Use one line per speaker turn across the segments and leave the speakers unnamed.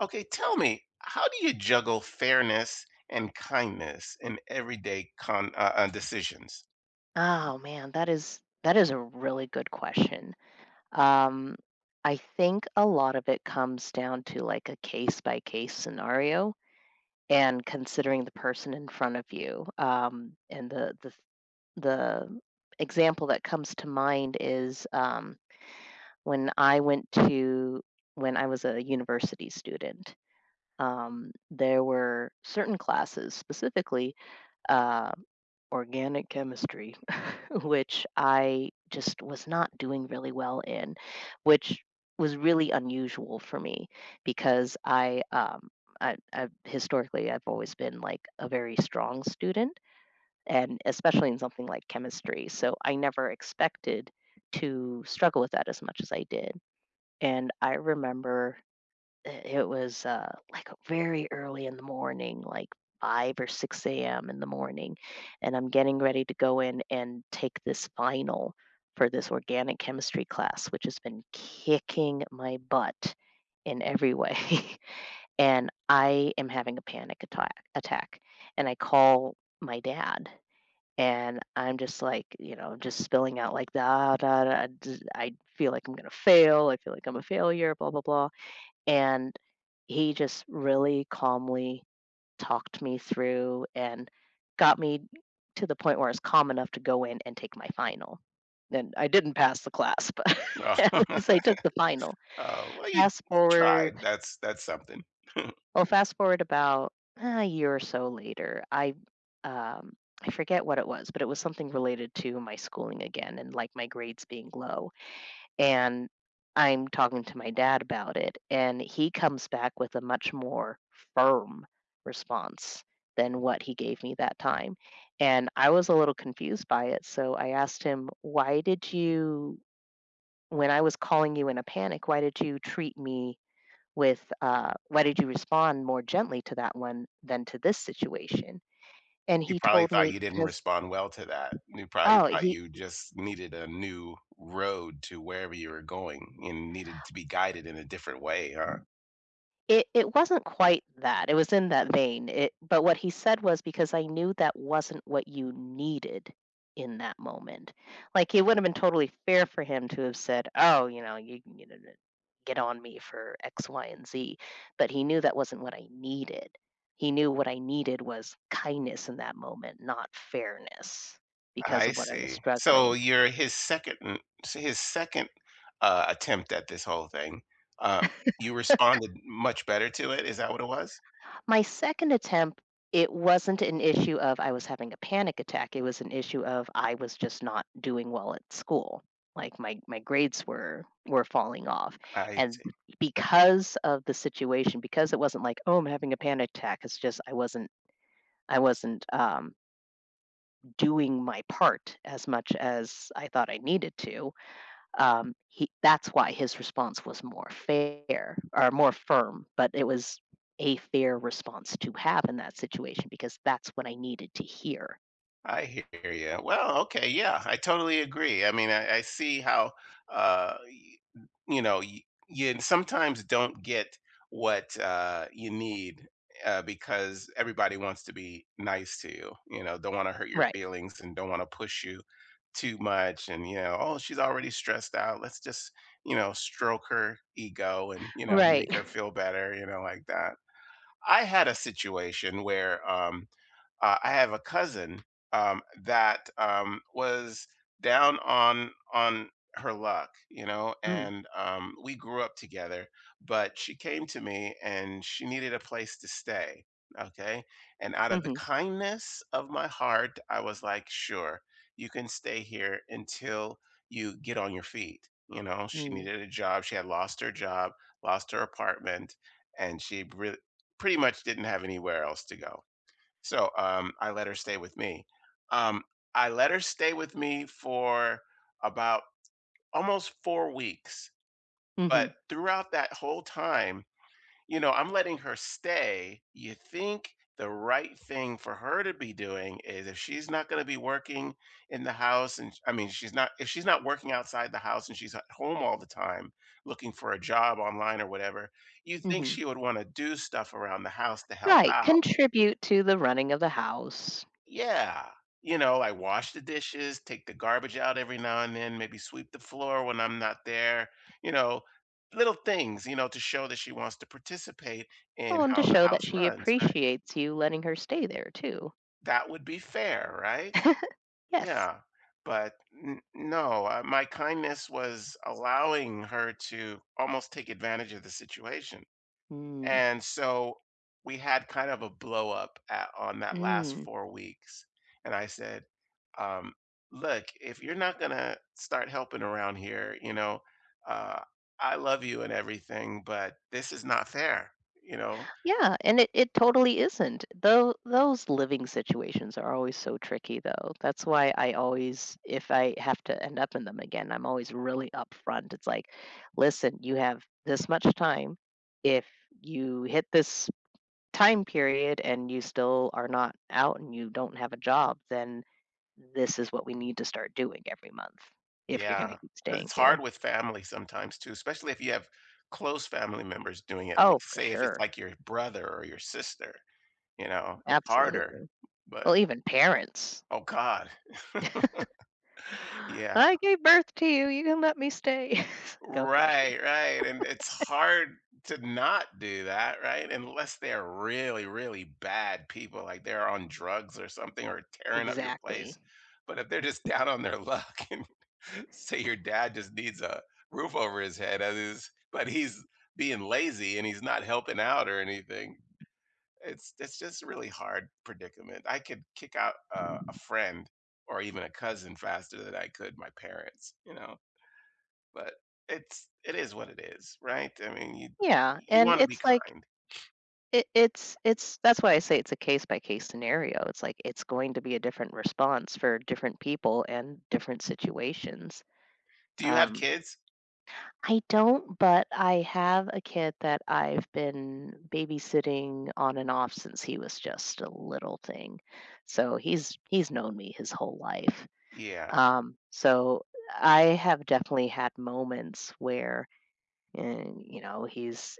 Okay, tell me, how do you juggle fairness and kindness in everyday con decisions?
Oh man, that is a really good question. Um, I think a lot of it comes down to like a case by case scenario and considering the person in front of you. And the example that comes to mind is when I went to when I was a university student. There were certain classes, specifically uh, organic chemistry, which I just was not doing really well in, which was really unusual for me because I've always been like a very strong student, and especially in something like chemistry. So I never expected to struggle with that as much as I did. And I remember it was, like, very early in the morning, like 5 or 6 a.m. in the morning, and I'm getting ready to go in and take this final for this organic chemistry class, which has been kicking my butt in every way, and I am having a panic attack, and I call my dad, and I'm just like, you know, just spilling out like, da da da. "I feel like I'm gonna fail. I feel like I'm a failure, blah, blah, blah." And he just really calmly talked me through and got me to the point where it's calm enough to go in and take my final. And I didn't pass the class, but
Oh,
at least I took the final.
oh, well, you
Fast forward,
tried. That's something.
well, fast forward about a year or so later, um, I forget what it was, but it was something related to my schooling again and like my grades being low, and I'm talking to my dad about it, and he comes back with a much more firm response than what he gave me that time. And I was a little confused by it, so I asked him, "Why did you, when I was calling you in a panic, why did you treat me with, why did you respond more gently to that one than to this situation?" And
You
he
probably
told
thought
me
you didn't
because,
respond well to that. You probably
oh,
thought
he
you just needed a new road to wherever you were going and needed to be guided in a different way, huh?
it wasn't quite that, it was in that vein, it but what he said was, "Because I knew that wasn't what you needed in that moment." Like, it would've been totally fair for him to have said, "Oh, you know, get on me for X, Y, and Z," but he knew that wasn't what I needed. He knew what I needed was kindness in that moment, not fairness because
I
of what I was
see. So
struggling.
you're his second, attempt at this whole thing. Um, you responded much better to it, is that what it was?
My second attempt, it wasn't an issue of I was having a panic attack, it was an issue of I was just not doing well at school. Like my grades were falling off.
I
And
see.
because of the situation, because it wasn't like, "Oh, I'm having a panic attack," it's just I wasn't doing my part as much as I thought I needed to. He, that's why his response was more fair or more firm, but it was a fair response to have in that situation because that's what I needed to hear.
I hear you. Well, okay, yeah, I totally agree. I mean, I see how uh, y- you know you, you sometimes don't get what you need because everybody wants to be nice to you. You know, don't want to hurt your
Right.
feelings and don't want to push you too much. And oh, she's already stressed out. Let's just stroke her ego and
Right.
make her feel better. You know, like that. I had a situation where I have a cousin that was down on her luck,
Mm.
and we grew up together. But she came to me and she needed a place to stay. Okay, and out of the
Mhm.
kindness of my heart, I was like, "Sure, you can stay here until you get on your feet." You know, she
Mm.
needed a job. She had lost her job, lost her apartment, and she really pretty much didn't have anywhere else to go. So, I let her stay with me. Um, I let her stay with me for about almost 4 weeks, but
Mhm.
throughout that whole time, I'm letting her stay. You think the right thing for her to be doing is if she's not gonna be working in the house, and I mean, she's not if she's not working outside the house and she's at home all the time looking for a job online or whatever, you think
Mhm.
she would wanna do stuff around the house to help
Right.
out.
Contribute to the running of the house.
Yeah. You know, I wash the dishes, take the garbage out every now and then, maybe sweep the floor when I'm not there, you know, little things, to show that she wants to participate in
Well, and
how
to
the
show that
house
she
runs, right?
appreciates you letting her stay there too.
That would be fair, right?
Yes.
Yeah. But no, my kindness was allowing her to almost take advantage of the situation.
Mm.
And so we had kind of a blow up on that last
Mm.
4 weeks. And I said, um, look, if you're not going to start helping around here, uh, I love you and everything, but this is not fair, you know?
Yeah, and it totally isn't. Though those living situations are always so tricky though. That's why I always if I have to end up in them again, I'm always really upfront. It's like, "Listen, you have this much time. If you hit this time period and you still are not out and you don't have a job, then this is what we need to start doing every month if you're going to
Yeah.
keep
Because
staying
it's hard
here."
with family sometimes too, especially if you have close family members doing it.
Oh,
Like,
for
say, if it's
sure.
like your brother or your sister, it's harder.
Absolutely.
But
Well, even parents
oh, God. Yeah.
I gave birth to you. You can let me stay. It's like, okay,
Right, right, and it's hard to not do that, right? Unless they're really, really bad people, like they're on drugs or something or tearing up your
exactly.
place. But if they're just down on their luck and say your dad just needs a roof over his head as is, but he's being lazy and he's not helping out or anything, it's just a really hard predicament. I could kick out a friend or even a cousin faster than I could my parents, you know. But it is what it is, right? I mean, you
Yeah.
you
And
wanna be
it's like,
kind.
that's why I say it's a case by case scenario. It's like, it's going to be a different response for different people and different situations.
Do you have
Um,
kids?
I don't, but I have a kid that I've been babysitting on and off since he was just a little thing. So he's known me his whole life.
Yeah,
So I have definitely had moments where, and you know, he's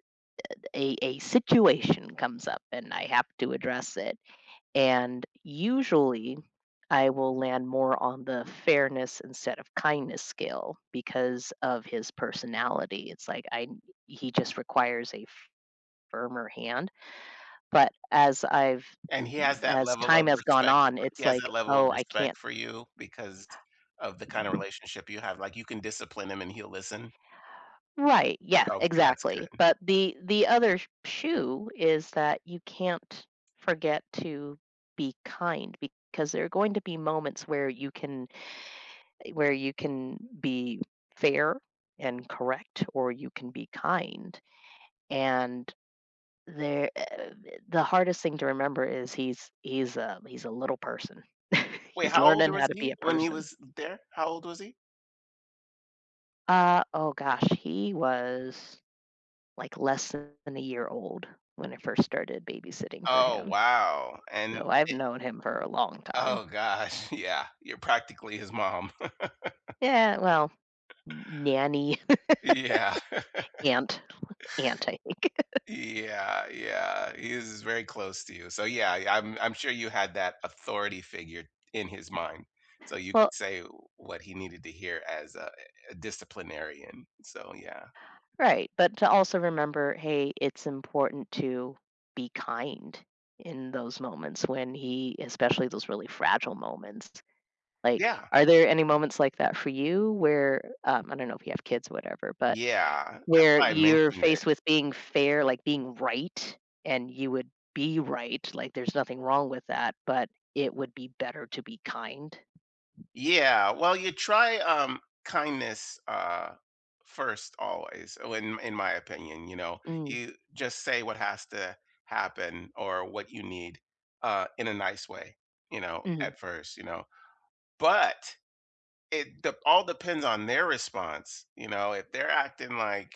a situation comes up and I have to address it. And usually I will land more on the fairness instead of kindness scale because of his personality. It's like I he just requires a firmer hand. But as I've
and he has that
as
level
time
of
has gone
respect
on,
for he
it's
has
like,
that level of
oh, I
respect
can't
for you because of the kind of relationship you have, like, you can discipline him and he'll listen?
Right, yeah,
Okay, that's
exactly,
good.
but the other sh shoe is that you can't forget to be kind because there are going to be moments where you can where you can be fair and correct, or you can be kind, and there uh, the hardest thing to remember is he's a little person.
Wait,
He's
how old
learning how
was
to be
he
a
when he
person.
was there? How old was he?
Oh gosh, he was like, less than a year old when I first started babysitting for
Oh,
him.
wow, and
So I've
it
known him for a long time.
oh gosh, yeah, you're practically his mom.
Yeah, well, nanny,
Yeah.
aunt, aunt, I think.
Yeah, yeah, he is very close to you. So yeah, yeah, I'm sure you had that authority figure in his mind, so you could
Well,
say what he needed to hear as a disciplinarian. So yeah,
right, but to also remember, hey, it's important to be kind in those moments when he especially those really fragile moments. Like,
yeah,
are there any moments like that for you where, I don't know if you have kids or whatever, but
yeah. That's
where
why I
you're
mentioned it.
faced with being fair, like being right, and you would be right, like there's nothing wrong with that, but it would be better to be kind?
Yeah, well, you try kindness first, always. Oh, in my opinion,
Mm,
you just say what has to happen or what you need in a nice way.
mhm,
At first. But it de all depends on their response, if they're acting like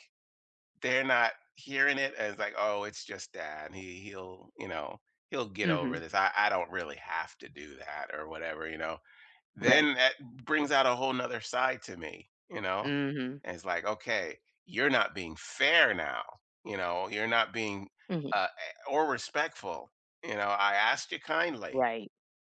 they're not hearing it, as like, "Oh, it's just dad. He he'll, you know, he'll get over
mhm,
this. I don't really have to do that," or whatever,
right.
then that brings out a whole nother side to me, you know?
Mhm,
And it's like, "Okay, you're not being fair now," you know? "You're not being,
mhm,
or respectful," you know? "I asked you kindly."
right,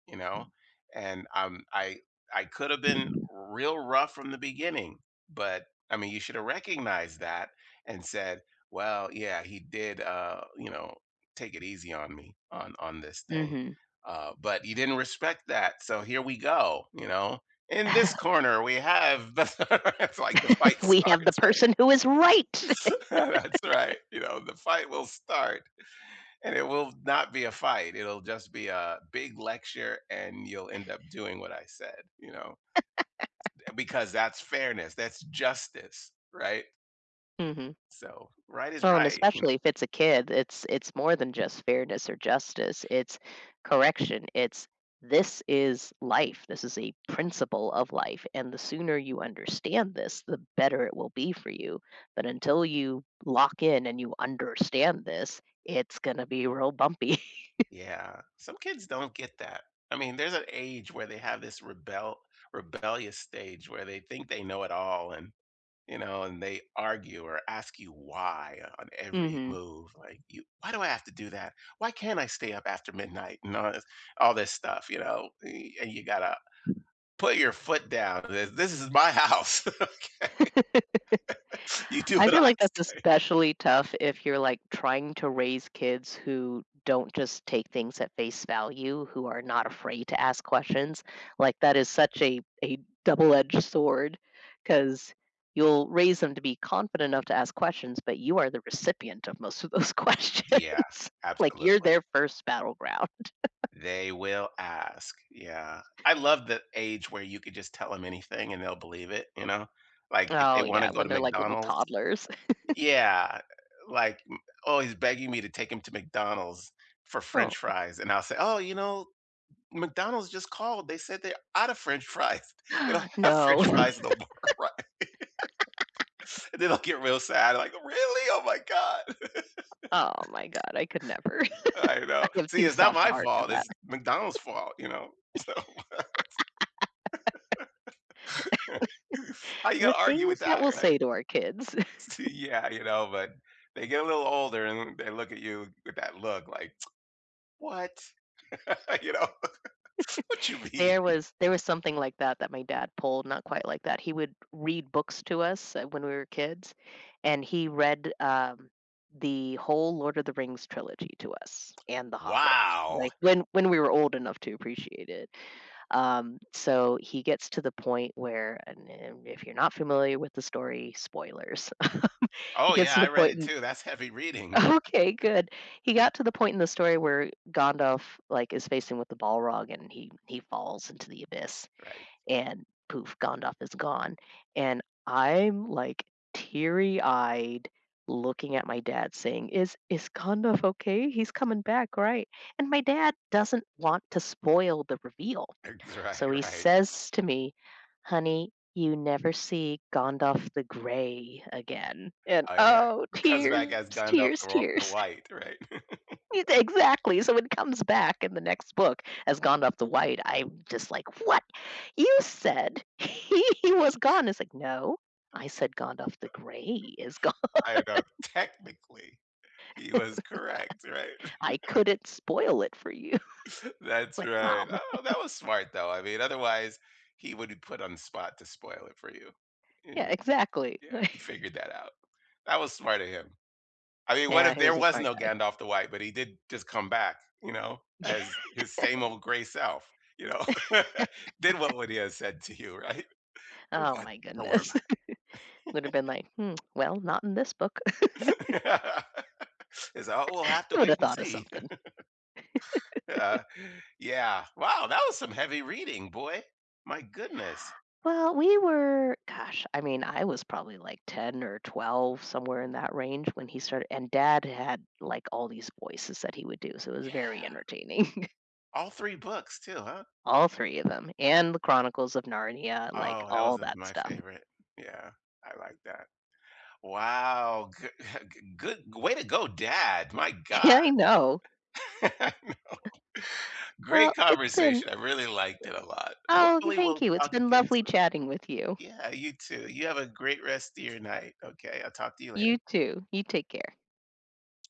You know? And, I could have been real rough from the beginning, but, I mean, you should have recognized that and said, "Well, yeah, he did, take it easy on me on this thing."
mhm.
But you didn't respect that, so here we go, you know? In this corner, we have it's like the fight
We have the
starts, right?
person who is right.
That's right, the fight will start. And it will not be a fight. It'll just be a big lecture, and you'll end up doing what I said, because that's fairness. That's justice, right?
Mhm.
So right is
Well, and
right.
especially if it's a kid, it's more than just fairness or justice. It's correction. It's this is life. This is a principle of life. And the sooner you understand this, the better it will be for you. But until you lock in and you understand this, it's gonna be real bumpy.
Yeah, some kids don't get that. I mean, there's an age where they have this rebellious stage where they think they know it all, and and they argue or ask you why on every
hmm
move. Like, you, why do I have to do that? Why can't I stay up after midnight? And all this stuff, and you gotta put your foot down. This is my house. You do what
I
what I
feel like
s
that's especially tough if you're, like, trying to raise kids who don't just take things at face value, who are not afraid to ask questions. Like, that is such a double-edged sword, because 'cause you'll raise them to be confident enough to ask questions, but you are the recipient of most of those
Yeah,
questions. Like, you're
absolutely.
their first battleground.
They will ask, yeah. I love the age where you could just tell them anything and they'll believe it, you know? Like, if they
Oh,
wanna
yeah,
go to
when they're, like, little
McDonald's.
toddlers.
Yeah, like, "Oh, he's begging me to take him to McDonald's for french
Oh,
fries," and I'll say, "Oh, you know, McDonald's just called. They said they're out of french fries. They don't have french
no.
fries no more." Right? And then they'll get real sad, like, "Really? Oh my god."
Oh my god, I could never.
I
I
know.
have
See,
too
it's not
soft a
my
heart for
fault.
that.
It's McDonald's fault. So how you
The
gonna argue with
things that
that,
we'll
right?
say to our kids.
Yeah, but they get a little older and they look at you with that look like, what? you know, what you mean?
There was something like that that my dad pulled, not quite like that. He would read books to us when we were kids, and he read the whole Lord of the Rings trilogy to us and The Hobbit,
Wow.
like when we were old enough to appreciate it. So he gets to the point where, and if you're not familiar with the story, spoilers. he
Oh
gets
yeah,
to
I
the
read
point
it too. That's heavy reading.
Okay, good. He got to the point in the story where Gandalf like is facing with the Balrog and he falls into the abyss
Right.
and poof, Gandalf is gone. And I'm like teary-eyed looking at my dad saying, is Gandalf okay? He's coming back, right?" And my dad doesn't want to spoil the reveal.
Right,
So he
right.
says to me, "Honey, you never see Gandalf the Grey again." And
Oh yeah.
oh,
Comes back
tears,
as Gandalf
tears,
the
tears.
White, right?
Exactly. So it comes back in the next book as Gandalf the White. I'm just like, what? You said he was gone. It's like, no, I said Gandalf the Grey is gone.
I know. Technically, he was correct, right?
I couldn't spoil it for you.
That's
Like, oh
right.
man.
Oh, that was smart though. I mean, otherwise he would be put on the spot to spoil it for you.
Yeah,
And
exactly.
yeah, he figured that out. That was smart of him. I mean, what
yeah,
if
he
there
was a
was
smart
no Gandalf the White, but he did just come back,
guy.
as his same old gray self, you know? Then what would he have said to you, right? He's
Oh
like,
my
"Don't worry
goodness. Would have been like, hmm, well, not in this book.
about it. It's all, we'll have to
he would
wait
have
and
thought of
see."
something.
uh, yeah. Wow, that was some heavy reading, boy. My goodness.
Well, we were gosh, I mean, I was probably like 10 or 12, somewhere in that range when he started and dad had, like, all these voices that he would do, so it was
Yeah.
very entertaining.
All three books too, huh?
All 3 of them, and The Chronicles of Narnia, like,
Oh, that was
all
of
that
my
stuff.
favorite. Yeah, I like that. Wow, good, good way to go, Dad. My
Yeah,
God.
I know.
Great
Well, it's been
conversation. I really liked it a lot.
Oh,
Hopefully,
thank
we'll
you. It's
talk
been
again
lovely
soon.
chatting with you.
Yeah, you too. You have a great rest of your night. Okay, I'll talk to you later.
You too. You take care.